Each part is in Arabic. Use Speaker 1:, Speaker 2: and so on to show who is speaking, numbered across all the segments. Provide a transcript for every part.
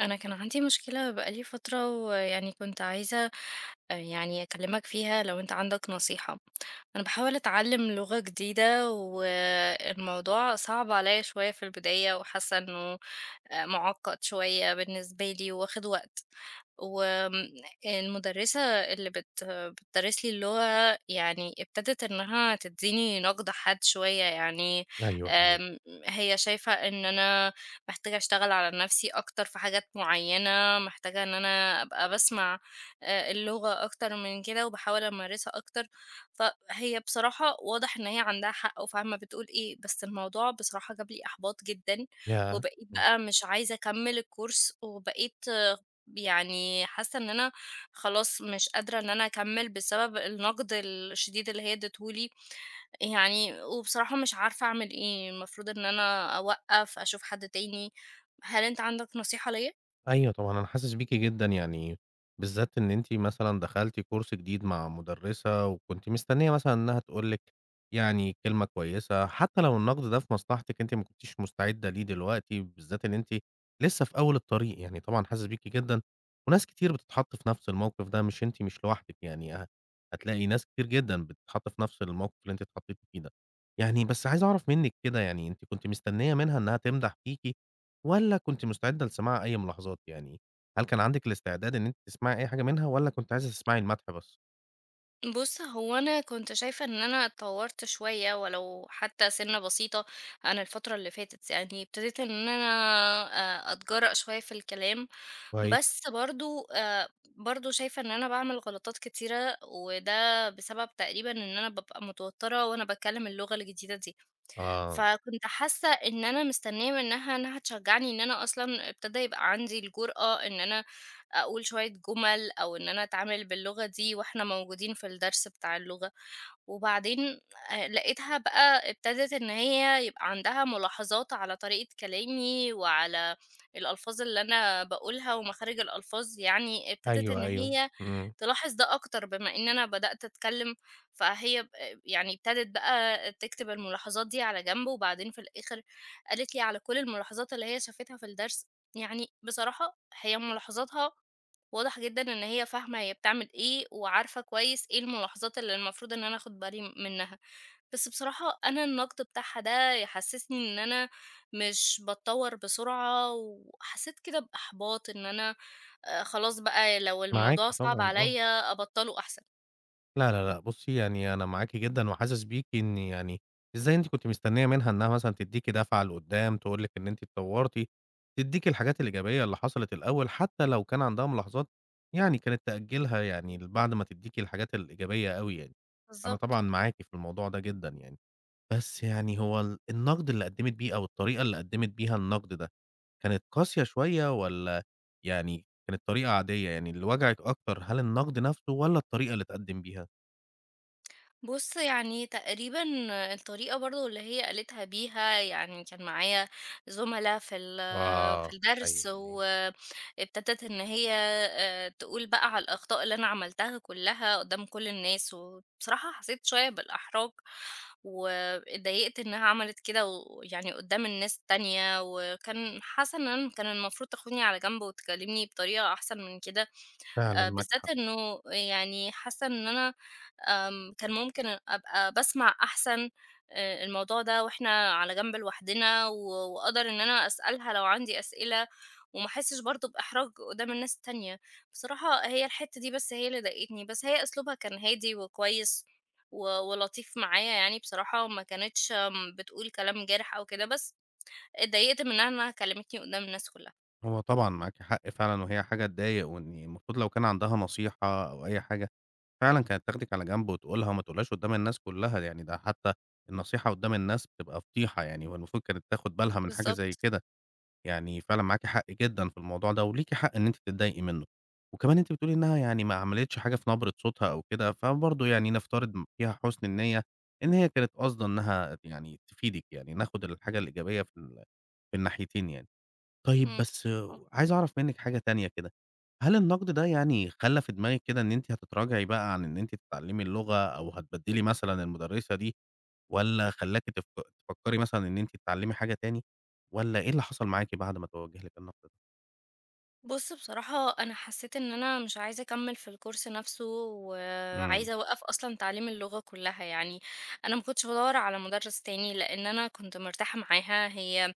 Speaker 1: أنا كان عندي مشكلة بقى لي فترة ويعني كنت عايزة يعني أكلّمك فيها لو أنت عندك نصيحة. أنا باحاول أتعلّم لغة جديدة والموضوع صعب عليّا شوية في البداية وحاسة إنه مُعقّد شوية بالنسبة لي وواخد وقت. وآمم المُدرِّسة اللي بتدرِّس لي اللغة يعني ابتدت إنها تدّيني نَقْد حاد شوية، يعني
Speaker 2: أيوه، أيوه.
Speaker 1: آمم هي شايفة إن أنا محتاجة أشتغل على نَفْسي أكتر في حاجات معيّنة، محتاجة إن أنا أبقى باسمع اللغة أكتر من كده وباحاول أمارسها أكتر. فهي بصراحة واضح إن هي عندها حق وفاهمة بتقول إيه، بس الموضوع بصراحة جاب لي إحباط جدًا،
Speaker 2: ياه!
Speaker 1: وبقيت
Speaker 2: إمم.
Speaker 1: بقى مش عايزة أكمّل الcourse، وبقيت يعني حاسة إن أنا خلاص مش قادرة إن أنا أكمّل بسبب النقد الشديد اللي هي ادّته لي، يعني وبصراحة مش عارفة أعمل إيه، المفروض إن أنا أوقّف، أشوف حد تاني، هل أنت عندك نصيحة ليّا؟
Speaker 2: أيوه طبعًا، أنا حاسس بيكِ جدًا يعني، بالذات إن أنتِ مثلًا دخلتِ كورس جديد مع مُدرِّسة وكنتِ مستنية مثلًا إنها تقول لِك يعني كلمة كويسة، حتى لو النقد ده في مصلحتِك أنتِ ما كنتيش مستعدة ليه دلوقتي، بالذات إن أنتِ لسه في أول الطريق. يعني طبعًا حاسس بيكِ جدًا، وناس كتير بتتحط في نفس الموقف ده، مش أنتِ مش لوحدِك يعني. هتلاقي ناس كتير جدًا بتتحط في نفس الموقف اللي أنتِ اتحطيتِ فيه ده. يعني بس عايز أعرف منِّك كده يعني، أنتِ كنتِ مستنية منها إنها تمدح فيكِ والّا كنتِ مستعدة لسماع أي ملاحظات يعني؟ هل كان عندِك الاستعداد إن أنتِ تسمعي أي حاجة منها والّا كنتِ عايزة تسمعي المدح بس؟
Speaker 1: بُص، هو أنا كنت شايفة إن أنا اتطوّرت شوية ولو حتى سِنّة بسيطة عن الفترة اللي فاتت، يعني ابتديت إن أنا أتجرأ شوية في الكلام،
Speaker 2: كويس.
Speaker 1: بس برضه شايفة إن أنا باعمل غلطات كتيرة، وده بسبب تقريبًا إن أنا بابقى متوتّرة وأنا باتكلّم اللغة الجديدة دي.
Speaker 2: آه.
Speaker 1: فكنت حاسة إن أنا مستنية منها إنها تشجعني إن أنا أصلًا ابتدى يبقى عندي الجرأة إن أنا أقول شوية جُمل، أو إن أنا أتعامل باللغة دي وإحنا موجودين في الدرس بتاع اللغة. وبعدين لقيتها بقى ابتدت إن هي يبقى عندها ملاحظات على طريقة كلامي، وعلى الألفاظ اللي أنا باقولها ومخارج الألفاظ، يعني ابتدت
Speaker 2: أيوه،
Speaker 1: إن
Speaker 2: أيوه.
Speaker 1: هي
Speaker 2: إمم.
Speaker 1: تلاحظ ده أكتر بما إن أنا بدأت أتكلم، فهي يعني ابتدت بقى تكتب الملاحظات دي على جنب، وبعدين في الآخر قالت لي على كل الملاحظات اللي هي شافتها في الدرس، يعني بصراحة هي ملاحظاتها واضح جدًا إن هي فاهمة هي بتعمل إيه، وعارفة كويس إيه الملاحظات اللي المفروض إن أنا آخُد بالي منها. بس بصراحة أنا النقد بتاعها ده يحسّسني إن أنا مش باتطوّر بسرعة، وحسّيت كده بإحباط إن أنا خلاص بقى لو
Speaker 2: معاكِ
Speaker 1: الموضوع صعب
Speaker 2: طبعًا، آه.
Speaker 1: عليّا أبطّله أحسن.
Speaker 2: لا، لا، لأ، بُصّي، يعني أنا معاكِ جدًا وحاسس بيكِ، إن يعني إزاي أنتِ كنتِ مستنية منها إنها مثلًا تدّيكِ دفعة لقدّام، تقول لِك إن أنتِ اتطوّرتِ، تدّيكِ الحاجات الإيجابية اللي حصلت الأول، حتى لو كان عندها ملاحظات يعني كانت تأجّلها يعني لبعد ما تدّيكِ الحاجات الإيجابية أوي يعني. أنا
Speaker 1: بالضبط.
Speaker 2: طبعًا معاكِ في الموضوع ده جدًا يعني. بس يعني هو النقد اللي قدّمت بيه أو الطريقة اللي قدّمت بيها النقد ده، كانت قاسية شوية والّا يعني كانت طريقة عادية؟ يعني اللي وجعِك أكتر هل النقد نفسه والّا الطريقة اللي اتقدّم بيها؟
Speaker 1: بُص، يعني تقريبًا الطريقة برضه اللي هي قالتها بيها، يعني كان معايا زُملا في
Speaker 2: آه،
Speaker 1: الدرس،
Speaker 2: أيوه، أيوه.
Speaker 1: وابتدت إن هي تقول بقى على الأخطاء اللي أنا عملتها كلّها قدّام كل الناس، وبصراحة حسيت شوية بالإحراج، واتضايقت إنها عملت كده، ويعني قدّام الناس التانية، وكان حاسة إن أنا كان المفروض تاخدني على جنب وتكلمني بطريقة أحسن من كده.
Speaker 2: فعلًا معاكِ
Speaker 1: بالذات
Speaker 2: حق.
Speaker 1: إنه يعني حاسة إن أنا كان ممكن أبقى باسمع أحسن الموضوع ده وإحنا على جنب لوحدنا، وأقدر إن أنا أسألها لو عندي أسئلة، وما أحسش برضه بإحراج قدام الناس التانية. بصراحة هي الحتّة دي بس هي اللي ضايقتني، بس هي أسلوبها كان هادي وكويس و ولطيف معايا، يعني بصراحة وما كانتش بتقول كلام جارح أو كده، بس اتضايقت منها إنها كلمتني قدام الناس كلّها.
Speaker 2: هو طبعًا معاكِ حق فعلًا، وهي حاجة تضايق، وإن المفروض لو كان عندها نصيحة أو أي حاجة، فعلًا كانت تاخدِك على جنب وتقولها وما تقولهاش قدّام الناس كُلّها، يعني ده حتى النصيحة قدّام الناس بتبقى فضيحة يعني، والمفروض كانت تاخد بالها من حاجة زي
Speaker 1: بالضبط.
Speaker 2: كده. يعني فعلًا معاكِ حق جدًا في الموضوع ده، وليكِ حق إن أنتِ تتضايقي منه، وكمان أنتِ بتقولي إنها يعني ما عملتش حاجة في نبرة صوتها أو كده، فبرضه يعني نفترض فيها حُسن النية، إن هي كانت قاصدة إنها يعني تفيدِك يعني، ناخد الحاجة الإيجابية في ال في الناحيتين يعني. طيب
Speaker 1: إمم.
Speaker 2: بس
Speaker 1: آه.
Speaker 2: عايز أعرف منِّك حاجة تانية كده. هل النقد ده يعني خلّى في دماغِك كده إن أنتِ هتتراجعي بقى عن إن أنتِ تتعلمي اللغة، أو هتبدّلي مثلًا المُدرسة دي، والّا خلّاكِ تفكّري مثلًا إن أنتِ تتعلّمي حاجة تاني، والّا إيه اللي حصل معاكِ بعد ما توجّه لِك النقد ده؟
Speaker 1: بُص بصراحة أنا حسيت إن أنا مش عايزة أكمّل في الcourse نفسه،
Speaker 2: إمم.
Speaker 1: وعايزة أوقّف أصلًا تعليم اللغة كلّها يعني، أنا ما كنتش بادوّر على مُدرّس تاني لإن أنا كنت مرتاحة معاها، هي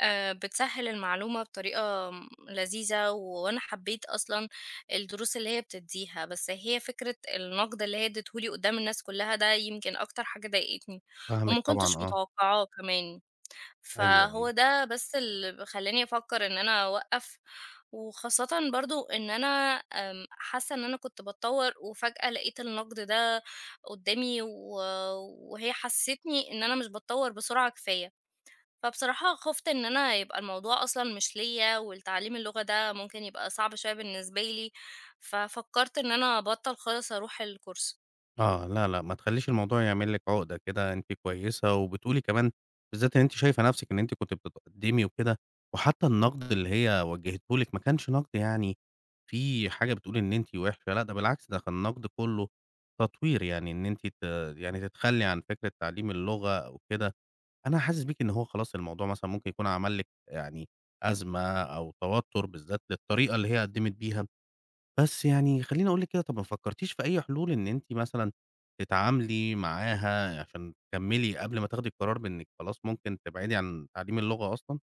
Speaker 1: بتسهّل المعلومة بطريقة لذيذة، وأنا حبّيت أصلًا الدروس اللي هي بتدّيها، بس هي فكرة النقد اللي هي ادّته لي قدّام الناس كلّها ده يمكن أكتر حاجة ضايقتني،
Speaker 2: فاهمِك
Speaker 1: وما كنتش
Speaker 2: طبعًا. آه،
Speaker 1: متوقعاه كمان.
Speaker 2: أيوه،
Speaker 1: فهو
Speaker 2: أيوه.
Speaker 1: ده بس اللي خلّاني أفكّر إن أنا أوقّف، وخاصةً برضه إن أنا حاسة إن أنا كنت باتطوّر وفجأة لقيت النقد ده قدّامي، وهي حسّستني إن أنا مش باتطوّر بسرعة كفاية، فبصراحة خُفت إن أنا يبقى الموضوع أصلًا مش ليّا، والتعليم اللغة ده ممكن يبقى صعب شوية بالنسبة لي، ففكّرت إن أنا أبطّل خالص أروح الكورس.
Speaker 2: آه، لا، لأ، ما تخلّيش الموضوع يعمل لِك عُقدة كده. أنتِ كويسة، وبتقولي كمان بالذات إن أنتِ شايفة نَفْسِك إن أنتِ كنتِ بتتقدّمي وكده، وحتى النقد اللي هي وجّهته لِك ما كانش نقد يعني فيه حاجة بتقول إن أنتِ وِحشة. لأ، ده بالعكس، ده كان النقد كلّه تطوير. يعني إن أنتِ يعني تتخلّي عن فكرة تعليم اللغة أو كده، أنا حاسس بيكِ إن هو خلاص الموضوع مثلًا ممكن يكون عمل لِك يعني أزمة أو توتر، بالذات للطريقة اللي هي قدّمِت بيها. بس يعني خلّيني أقول لِك كده، طَب ما فكّرتيش في أي حلول إن أنتِ مثلًا تتعاملي معاها عشان تكمّلي قبل ما تاخدي القرار بإنِّك خلاص ممكن تبعدي عن تعليم اللغة أصلًا؟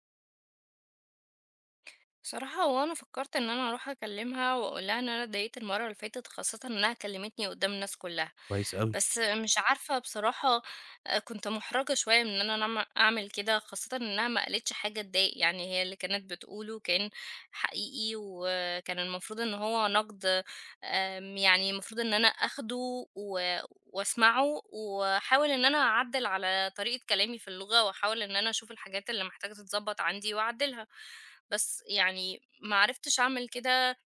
Speaker 1: بصراحة هو أنا فكرت إن أنا أروح أكلمها وأقولها إن أنا اتضايقت المرة اللي فاتت، خاصة إنها كلمتني قدام الناس كلها،
Speaker 2: كويس أوي.
Speaker 1: بس مش عارفة بصراحة، كنت محرجة شوية من إن أنا أعمل كده، خاصة إنها ما قالتش حاجة تضايق، يعني هي اللي كانت بتقوله كان حقيقي، وكان المفروض إن هو نقد، يعني المفروض إن أنا أخده واسمعه، واحاول إن أنا أعدّل على طريقة كلامي في اللغة، واحاول إن أنا أشوف الحاجات اللي محتاجة تتضبّط عندي وأعدّلها، بس يعني ما عرفتش أعمل كده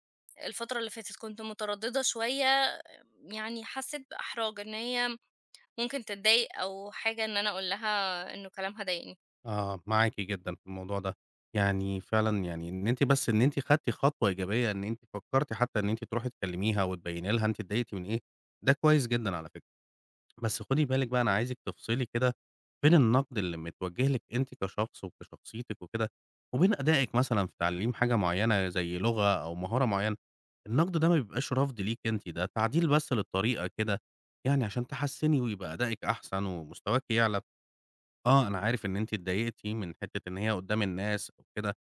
Speaker 1: الفترة اللي فاتت، كنت مترددة شوية، يعني حسّيت بإحراج إن هي ممكن تتضايق أو حاجة إن أنا أقول لها إنه كلامها ضايقني.
Speaker 2: آه، معاكِ جدًا في الموضوع ده. يعني فعلًا يعني إن أنتِ بس إن أنتِ خدتِ خطوة إيجابية، إن أنتِ فكّرتِ حتى إن أنتِ تروحي تكلّميها وتبيّني لها أنتِ اتضايقتِ من إيه، ده كويس جدًا على فكرة. بس خدي بالِك بقى، أنا عايزِك تفصلي كده بين النقد اللي متوجه لِك أنتِ كشخص وكشخصيتِك وكده، وبين أدائِك مثلًا في تعليم حاجة معيّنة زي لغة أو مهارة معيّنة. النقد ده ما بيبقاش رفض ليكِ أنتِ، ده تعديل بس للطريقة كده، يعني عشان تحسّني ويبقى أدائِك أحسن ومستواكِ يعلى. آه، أنا عارف إن أنتِ اتضايقتِ من حتّة إن هي قدّام الناس أو كده،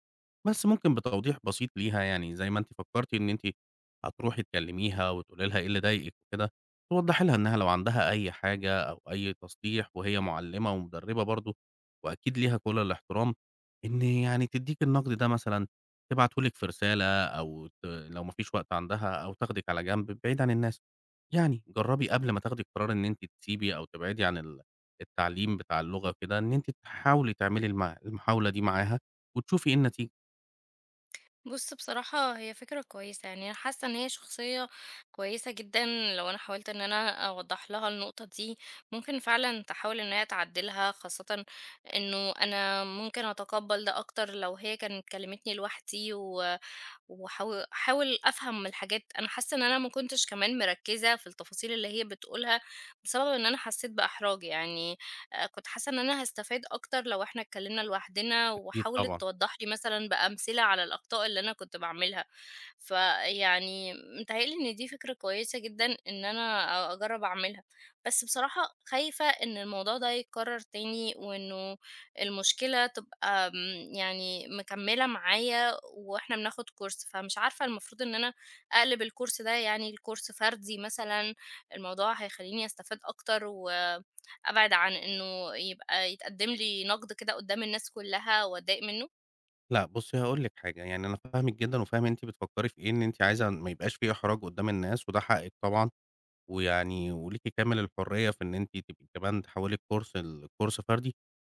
Speaker 2: بس ممكن بتوضيح بسيط ليها، يعني زي ما أنتِ فكّرتِ إن أنتِ هتروحي تكلميها وتقولي لها إيه اللي ضايقِك وكده، توضّحي لها إنها لو عندها أي حاجة أو أي تصليح، وهي مُعلِّمة ومُدرِّبة برضه وأكيد ليها كل الاحترام، إن يعني تدّيكِ النقد ده مثلًا، تبعته لِك في رسالة، أو لو ما فيش وقت عندها، أو تاخدِك على جنب بعيد عن الناس. يعني جرّبي قبل ما تاخدي قرار إن أنتِ تسيبي أو تبعدي عن التعليم بتاع اللغة وكده، إن أنتِ تحاولي تعملي المحاولة دي معاها وتشوفي إيه النتيجة.
Speaker 1: بُص بصراحة هي فكرة كويسة، يعني أنا حاسة إن هي شخصية كويسة جدًا، لو أنا حاولت إن أنا أوضّح لها النقطة دي، ممكن فعلًا تحاول إن هي تعدّلها، خاصةً إنه أنا ممكن أتقبّل ده أكتر لو هي كانت كلمتني لوحدي، و حاول أفهم الحاجات، أنا حاسة إن أنا ما كنتش كمان مركزة في التفاصيل اللي هي بتقولها، بسبب إن أنا حسيت بإحراج يعني، كنت حاسة إن أنا هاستفاد أكتر لو إحنا اتكلمنا لوحدنا،
Speaker 2: أكيد
Speaker 1: وحاولت
Speaker 2: طبعًا.
Speaker 1: توضح لي مثلًا بأمثلة على الأخطاء اللي أنا كنت باعملها، فيعني متهيأ لي إن دي فكرة كويسة جدًا إن أنا أجرب أعملها، بس بصراحة خايفة إن الموضوع ده يتكرر تاني، وإنه المشكلة تبقى يعني مكملة معايا وإحنا بناخد كورس، فمش عارفة المفروض إن أنا أقلب الكورس ده يعني لكورس فردي مثلًا، الموضوع هيخلّيني أستفاد أكتر وأبعد عن إنه يبقى يتقدم لي نقد كده قدّام الناس كلّها وأتضايق منه؟
Speaker 2: لأ، بُصّي، هاقول لِك حاجة، يعني أنا فاهمِك جدًا وفاهم أنتِ بتفكّري في إيه، إن أنتِ عايزة ما يبقاش في إحراج قدّام الناس، وده حقِّك طبعًا، ويعني وليكِ كامل الحرية في إن أنتِ تبقي كمان تحوّلي الكورس لكورس فردي.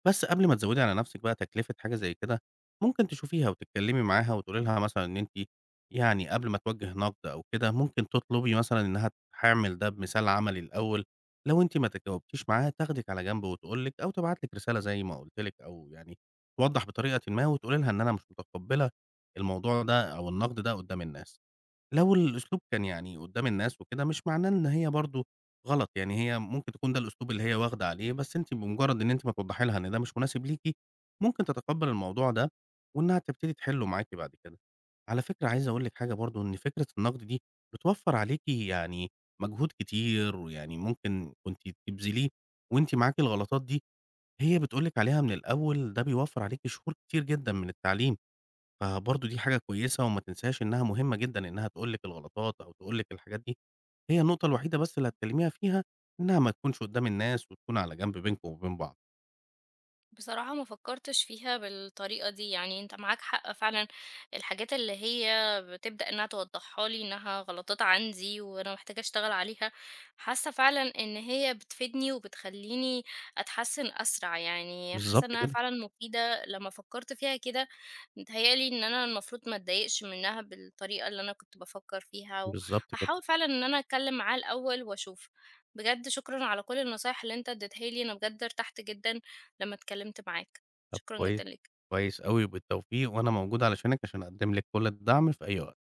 Speaker 2: بس قبل ما تزوّدي على نَفْسِك بقى تكلفة حاجة زي كده، ممكن تشوفيها وتتكلّمي معاها وتقولي لها مثلًا إن أنتِ يعني قبل ما توجّه نَقْد أو كده، ممكن تطلبي مثلًا إنّها تعمل ده بمثال عملي الأول. لو أنتِ ما تجاوبتيش معاها، تاخدِك على جنب وتقول لِك أو تبعت لِك رسالة زي ما قُلت لِك، أو يعني توضّح بطريقةٍ ما، وتقولي لها إن أنا مش متقبّلة الموضوع ده أو النَقْد ده قُدّام الناس. لو الأسلوب كان يعني قدّام الناس وكده، مش معناه إن هي برضه غلط، يعني هي ممكن تكون ده الأسلوب اللي هي واخدة عليه، بس أنتِ بمجرد إن أنتِ ما توضحي لها إن ده مش مناسب ليكِ، ممكن تتقبّل الموضوع ده، وإنها تبتدي تحلّه معاكِ بعد كده. على فكرة عايز أقول لِك حاجة برضه، إن فكرة النقد دي بتوفّر عليكِ يعني مجهود كتير، ويعني ممكن كنتِ تبذليه وأنتِ معاكِ الغلطات دي، هي بتقول لِك عليها من الأول، ده بيوفّر عليكِ شهور كتير جدًا من التعليم. فبرضه دي حاجة كويسة وما تنساهاش، إنها مهمة جدًا إنها تقول لِك الغلطات أو تقول لِك الحاجات دي. هي النقطة الوحيدة بس اللي هتكلميها فيها إنها ما تكونش قدّام الناس، وتكون على جنب بينكم وبين بعض.
Speaker 1: بصراحة ما فكرتش فيها بالطريقة دي، يعني انت معاك حق فعلا. الحاجات اللي هي بتبدأ انها توضحها لي انها غلطات عندي وانا محتاجة اشتغل عليها، حاسة فعلا ان هي بتفيدني وبتخليني اتحسن اسرع، يعني حاسة
Speaker 2: بالضبط
Speaker 1: انها
Speaker 2: كده.
Speaker 1: فعلا مفيدة لما فكرت فيها كده. متهيألي ان انا المفروض ما اتضايقش منها بالطريقة اللي انا كنت بفكر فيها،
Speaker 2: بالضبط كده.
Speaker 1: وهحاول فعلا ان انا اتكلم معاه الاول واشوف. بجد شكرا على كل النصايح اللي انت اديتها لي، انا بجد ارتحت جدا لمّا اتكلمت معاك،
Speaker 2: طب
Speaker 1: شكرًا جدًا
Speaker 2: كويس.
Speaker 1: ليك.
Speaker 2: كويس أوي وبالتوفيق، وأنا موجود علشانِك عشان أقدم لِك كل الدعم في أي وقت.